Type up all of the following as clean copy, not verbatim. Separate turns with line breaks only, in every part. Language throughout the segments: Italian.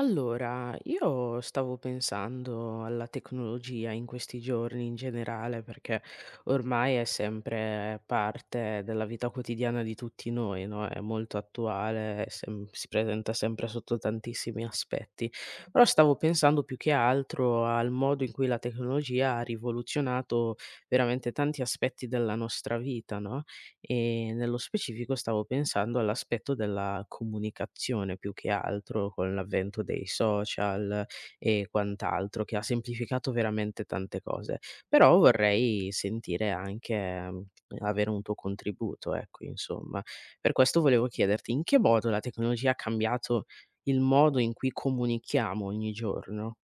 Allora, io stavo pensando alla tecnologia in questi giorni in generale, perché ormai è sempre parte della vita quotidiana di tutti noi, no? È molto attuale, si presenta sempre sotto tantissimi aspetti. Però stavo pensando più che altro al modo in cui la tecnologia ha rivoluzionato veramente tanti aspetti della nostra vita, no? E nello specifico stavo pensando all'aspetto della comunicazione più che altro con l'avvento dei social e quant'altro, che ha semplificato veramente tante cose. Però vorrei sentire anche, avere un tuo contributo, ecco, insomma. Per questo volevo chiederti in che modo la tecnologia ha cambiato il modo in cui comunichiamo ogni giorno?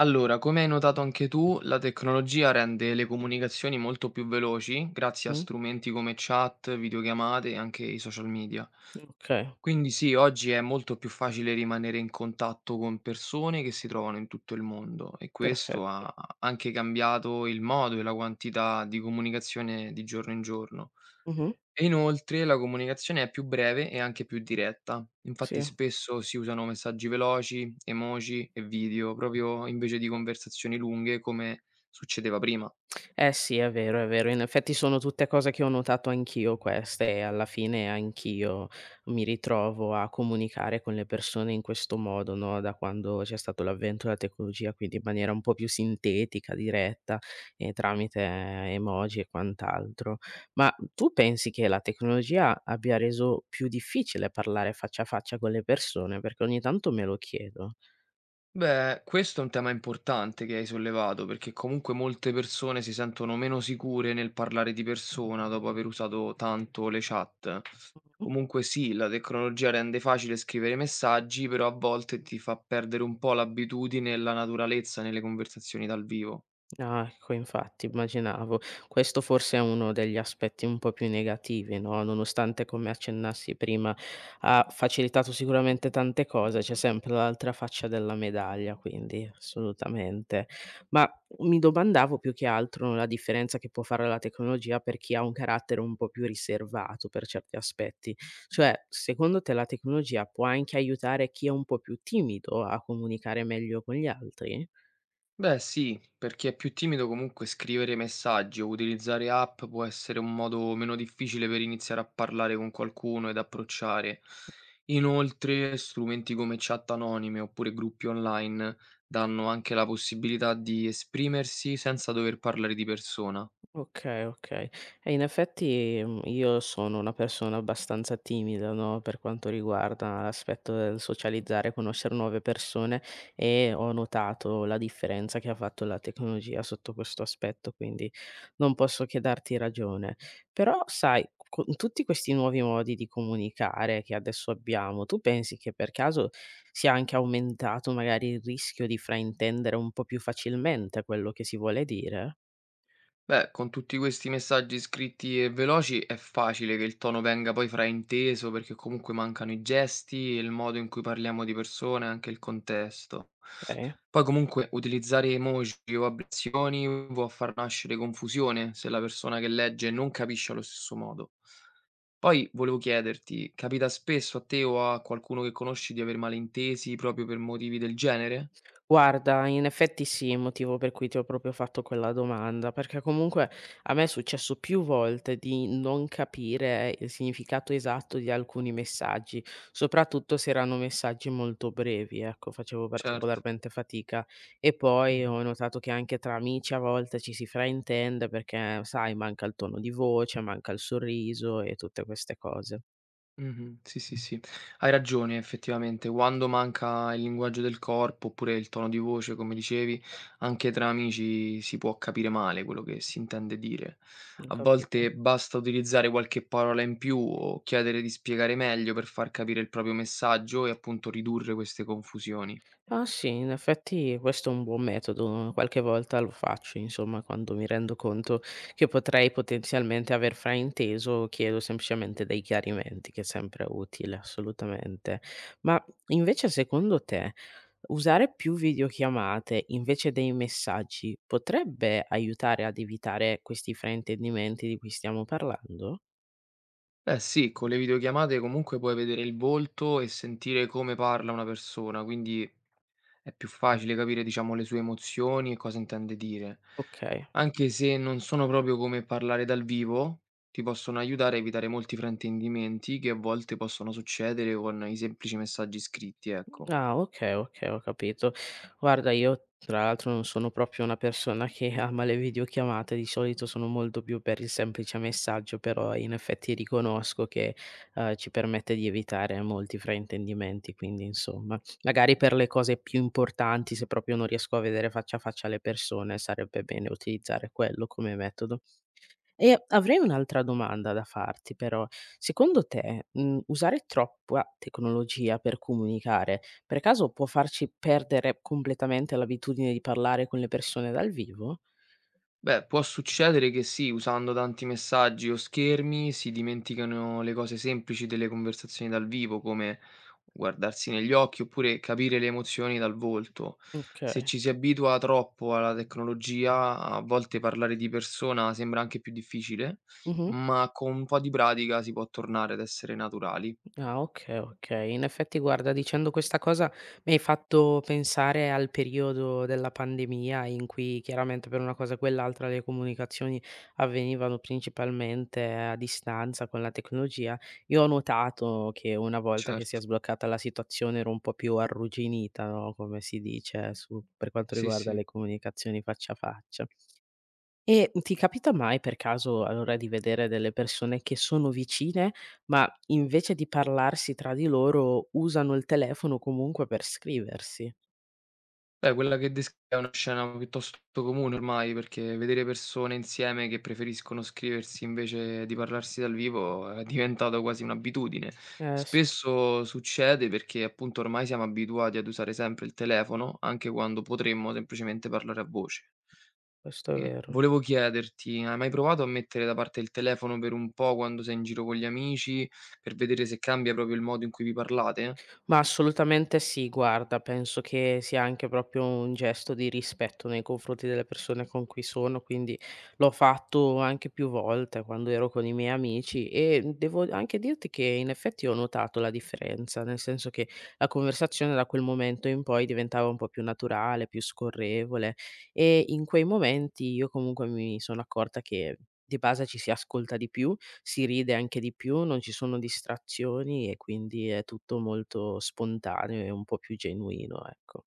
Allora, come hai notato anche tu, la tecnologia rende le comunicazioni molto più veloci grazie a
Mh,
strumenti come chat, videochiamate e anche i social media.
okay,
Quindi sì, oggi è molto più facile rimanere in contatto con persone che si trovano in tutto il mondo e questo ha
perfetto.
ha anche cambiato il modo e la quantità di comunicazione di giorno in giorno.
Mh-mh,
E inoltre la comunicazione è più breve e anche più diretta. Infatti
sì.
spesso si usano messaggi veloci, emoji e video, proprio invece di conversazioni lunghe come succedeva prima.
Eh sì, è vero, è vero. In effetti sono tutte cose che ho notato anch'io queste e alla fine anch'io mi ritrovo a comunicare con le persone in questo modo, no, da quando c'è stato l'avvento della tecnologia, quindi in maniera un po' più sintetica, diretta e tramite emoji e quant'altro. Ma tu pensi che la tecnologia abbia reso più difficile parlare faccia a faccia con le persone? Perché ogni tanto me lo chiedo.
Beh, questo è un tema importante che hai sollevato, perché comunque molte persone si sentono meno sicure nel parlare di persona dopo aver usato tanto le chat. Comunque sì, la tecnologia rende facile scrivere messaggi, però a volte ti fa perdere un po' l'abitudine e la naturalezza nelle conversazioni dal vivo.
Ah, ecco, infatti immaginavo. Questo forse è uno degli aspetti un po' più negativi, no, nonostante come accennassi prima ha facilitato sicuramente tante cose, c'è sempre l'altra faccia della medaglia, quindi assolutamente. Ma mi domandavo più che altro la differenza che può fare la tecnologia per chi ha un carattere un po' più riservato per certi aspetti. Cioè, secondo te la tecnologia può anche aiutare chi è un po' più timido a comunicare meglio con gli altri?
Beh sì, per chi è più timido comunque scrivere messaggi o utilizzare app può essere un modo meno difficile per iniziare a parlare con qualcuno ed approcciare. Inoltre, strumenti come chat anonime oppure gruppi online danno anche la possibilità di esprimersi senza dover parlare di persona.
Okay, okay. E in effetti, io sono una persona abbastanza timida, no, per quanto riguarda l'aspetto del socializzare, conoscere nuove persone e ho notato la differenza che ha fatto la tecnologia sotto questo aspetto, quindi non posso che darti ragione. Però sai, con tutti questi nuovi modi di comunicare che adesso abbiamo, tu pensi che per caso sia anche aumentato magari il rischio di fraintendere un po' più facilmente quello che si vuole dire?
Beh, con tutti questi messaggi scritti e veloci è facile che il tono venga poi frainteso perché comunque mancano i gesti, il modo in cui parliamo di persone e anche il contesto.
Okay.
Poi comunque utilizzare emoji o abbreviazioni può far nascere confusione se la persona che legge non capisce allo stesso modo. Poi volevo chiederti, capita spesso a te o a qualcuno che conosci di aver malintesi proprio per motivi del genere?
Guarda, in effetti sì, motivo per cui ti ho proprio fatto quella domanda, perché comunque a me è successo più volte di non capire il significato esatto di alcuni messaggi, soprattutto se erano messaggi molto brevi, ecco, facevo
Certo.
particolarmente fatica. E poi
Mhm.
ho notato che anche tra amici a volte ci si fraintende perché, sai, manca il tono di voce, manca il sorriso e tutte queste cose.
Mh-mh. Sì, sì, sì. Hai ragione effettivamente, quando manca il linguaggio del corpo, oppure il tono di voce, come dicevi, anche tra amici si può capire male quello che si intende dire.
Ho
A
capito.
volte basta utilizzare qualche parola in più o chiedere di spiegare meglio per far capire il proprio messaggio e appunto ridurre queste confusioni.
Ah sì, in effetti questo è un buon metodo, qualche volta lo faccio, insomma, quando mi rendo conto che potrei potenzialmente aver frainteso, chiedo semplicemente dei chiarimenti, che è sempre utile, assolutamente. Ma invece secondo te usare più videochiamate invece dei messaggi potrebbe aiutare ad evitare questi fraintendimenti di cui stiamo parlando?
Beh sì, con le videochiamate comunque puoi vedere il volto e sentire come parla una persona, quindi è più facile capire, diciamo, le sue emozioni e cosa intende dire.
Ok.
Anche se non sono proprio come parlare dal vivo, ti possono aiutare a evitare molti fraintendimenti che a volte possono succedere con i semplici messaggi scritti, ecco.
Ah, okay, okay, ho capito. Guarda, io tra l'altro non sono proprio una persona che ama le videochiamate, di solito sono molto più per il semplice messaggio, però in effetti riconosco che, ci permette di evitare molti fraintendimenti, quindi insomma, magari per le cose più importanti, se proprio non riesco a vedere faccia a faccia le persone, sarebbe bene utilizzare quello come metodo. E avrei un'altra domanda da farti però. Secondo te, usare troppa tecnologia per comunicare, per caso può farci perdere completamente l'abitudine di parlare con le persone dal vivo?
Beh, può succedere che sì, usando tanti messaggi o schermi si dimenticano le cose semplici delle conversazioni dal vivo, come guardarsi negli occhi oppure capire le emozioni dal volto. Se
Okay.
ci si abitua troppo alla tecnologia, a volte parlare di persona sembra anche più difficile,
Mh-mh.
ma con un po' di pratica si può tornare ad essere naturali.
Ah, okay, okay. In effetti guarda, dicendo questa cosa mi hai fatto pensare al periodo della pandemia in cui chiaramente per una cosa o quell'altra le comunicazioni avvenivano principalmente a distanza con la tecnologia. Io ho notato che una volta che si
Certo,
è sbloccata la situazione ero un po' più arrugginita, no, come si dice su per quanto
sì,
riguarda
sì.
le comunicazioni faccia a faccia. E ti capita mai per caso allora di vedere delle persone che sono vicine, ma invece di parlarsi tra di loro usano il telefono comunque per scriversi?
Beh, quella che descrivi è una scena piuttosto comune ormai, perché vedere persone insieme che preferiscono scriversi invece di parlarsi dal vivo è diventata quasi un'abitudine.
Eh sì,
Spesso succede perché appunto ormai siamo abituati ad usare sempre il telefono, anche quando potremmo semplicemente parlare a voce.
questo è
E
vero.
volevo chiederti, hai mai provato a mettere da parte il telefono per un po' quando sei in giro con gli amici, per vedere se cambia proprio il modo in cui vi parlate?
Ma assolutamente sì, guarda, penso che sia anche proprio un gesto di rispetto nei confronti delle persone con cui sono, quindi l'ho fatto anche più volte quando ero con i miei amici e devo anche dirti che in effetti ho notato la differenza, nel senso che la conversazione da quel momento in poi diventava un po' più naturale, più scorrevole e in quei momenti io comunque mi sono accorta che di base ci si ascolta di più, si ride anche di più, non ci sono distrazioni e quindi è tutto molto spontaneo e un po' più genuino, ecco.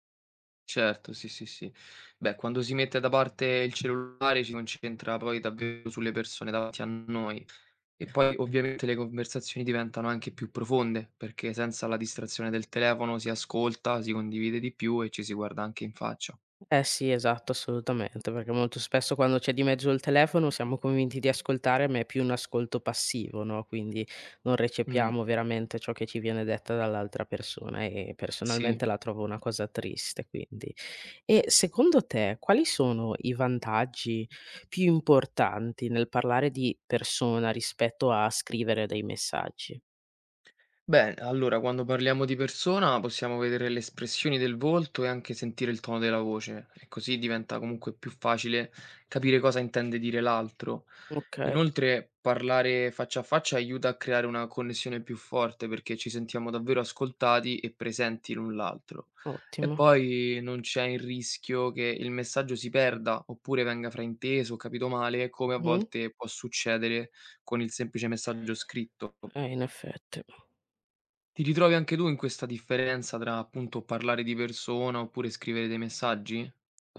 Certo, sì, sì, sì. Beh, quando si mette da parte il cellulare ci concentra poi davvero sulle persone davanti a noi e poi ovviamente le conversazioni diventano anche più profonde, perché senza la distrazione del telefono si ascolta, si condivide di più e ci si guarda anche in faccia.
Eh sì, esatto, assolutamente, perché molto spesso quando c'è di mezzo il telefono siamo convinti di ascoltare, ma è più un ascolto passivo, no, quindi non
Mh,
recepiamo veramente ciò che ci viene detta dall'altra persona e
sì.
personalmente la trovo una cosa triste, quindi. E secondo te quali sono i vantaggi più importanti nel parlare di persona rispetto a scrivere dei messaggi?
Beh, allora quando parliamo di persona possiamo vedere le espressioni del volto e anche sentire il tono della voce, e così diventa comunque più facile capire cosa intende dire l'altro.
Okay,
Inoltre, parlare faccia a faccia aiuta a creare una connessione più forte perché ci sentiamo davvero ascoltati e presenti l'un l'altro. E
ottimo.
poi non c'è il rischio che il messaggio si perda oppure venga frainteso o capito male, come a
Mh-mh.
volte può succedere con il semplice messaggio scritto.
In effetti.
Ti ritrovi anche tu in questa differenza tra, appunto, parlare di persona oppure scrivere dei messaggi?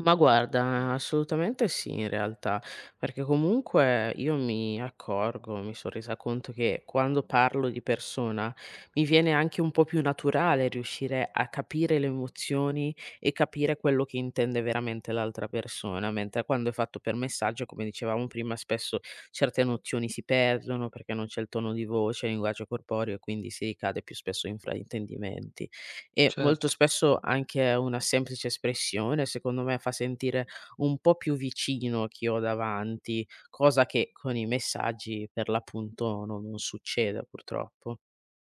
Ma guarda, assolutamente sì in realtà, perché comunque io mi accorgo, mi son resa conto che quando parlo di persona mi viene anche un po' più naturale riuscire a capire le emozioni e capire quello che intende veramente l'altra persona, mentre quando è fatto per messaggio, come dicevamo prima, spesso certe nozioni si perdono perché non c'è il tono di voce, il linguaggio corporeo e quindi si ricade più spesso in fraintendimenti e molto
Certo.
spesso anche una semplice espressione, secondo me, fa sentire un po' più vicino chi ho davanti, cosa che con i messaggi per l'appunto no non succede purtroppo.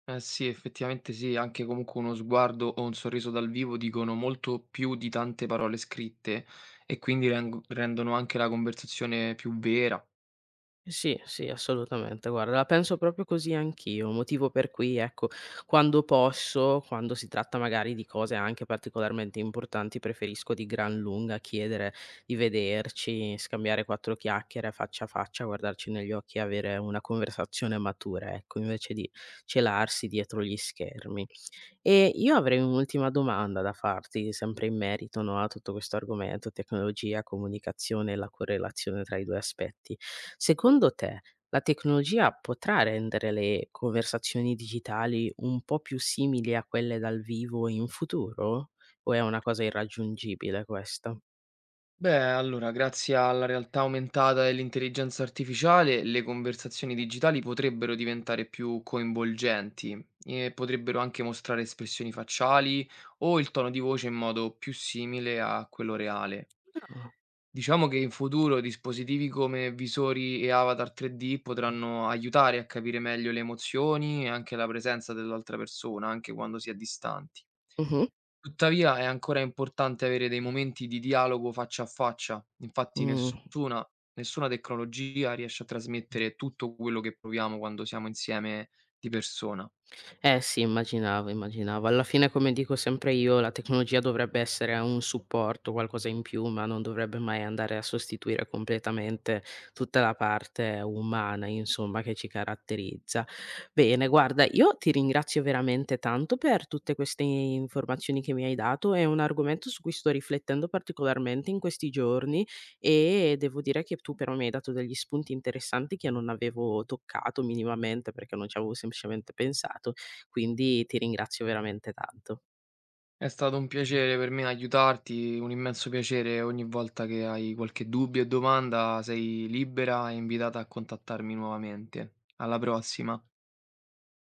Eh sì, effettivamente sì, anche comunque uno sguardo o un sorriso dal vivo dicono molto più di tante parole scritte e quindi reng rendono anche la conversazione più vera.
Sì, sì, assolutamente. Guarda, la penso proprio così anch'io, motivo per cui, ecco, quando posso, quando si tratta magari di cose anche particolarmente importanti, preferisco di gran lunga chiedere di vederci, scambiare quattro chiacchiere faccia a faccia, guardarci negli occhi e avere una conversazione matura, ecco, invece di celarsi dietro gli schermi. E io avrei un'ultima domanda da farti, sempre in merito, no, a tutto questo argomento, tecnologia, comunicazione e la correlazione tra i 2 aspetti. Secondo te, la tecnologia potrà rendere le conversazioni digitali un po' più simili a quelle dal vivo in futuro? O è una cosa irraggiungibile questa?
Beh, allora, grazie alla realtà aumentata e all'intelligenza artificiale, le conversazioni digitali potrebbero diventare più coinvolgenti e potrebbero anche mostrare espressioni facciali o il tono di voce in modo più simile a quello reale.
Ah.
Diciamo che in futuro dispositivi come visori e avatar 3D potranno aiutare a capire meglio le emozioni e anche la presenza dell'altra persona, anche quando si è distanti.
Mh-mh.
Tuttavia è ancora importante avere dei momenti di dialogo faccia a faccia, infatti
Mh.
nessuna tecnologia riesce a trasmettere tutto quello che proviamo quando siamo insieme di persona.
Eh sì, immaginavo, immaginavo. Alla fine, come dico sempre io, la tecnologia dovrebbe essere un supporto, qualcosa in più, ma non dovrebbe mai andare a sostituire completamente tutta la parte umana, insomma, che ci caratterizza. Bene, guarda, io ti ringrazio veramente tanto per tutte queste informazioni che mi hai dato. È un argomento su cui sto riflettendo particolarmente in questi giorni e devo dire che tu però mi hai dato degli spunti interessanti che non avevo toccato minimamente perché non ci avevo semplicemente pensato, quindi ti ringrazio veramente tanto.
È stato un piacere per me aiutarti, un immenso piacere ogni volta che hai qualche dubbio o domanda sei libera e invitata a contattarmi nuovamente. Alla prossima.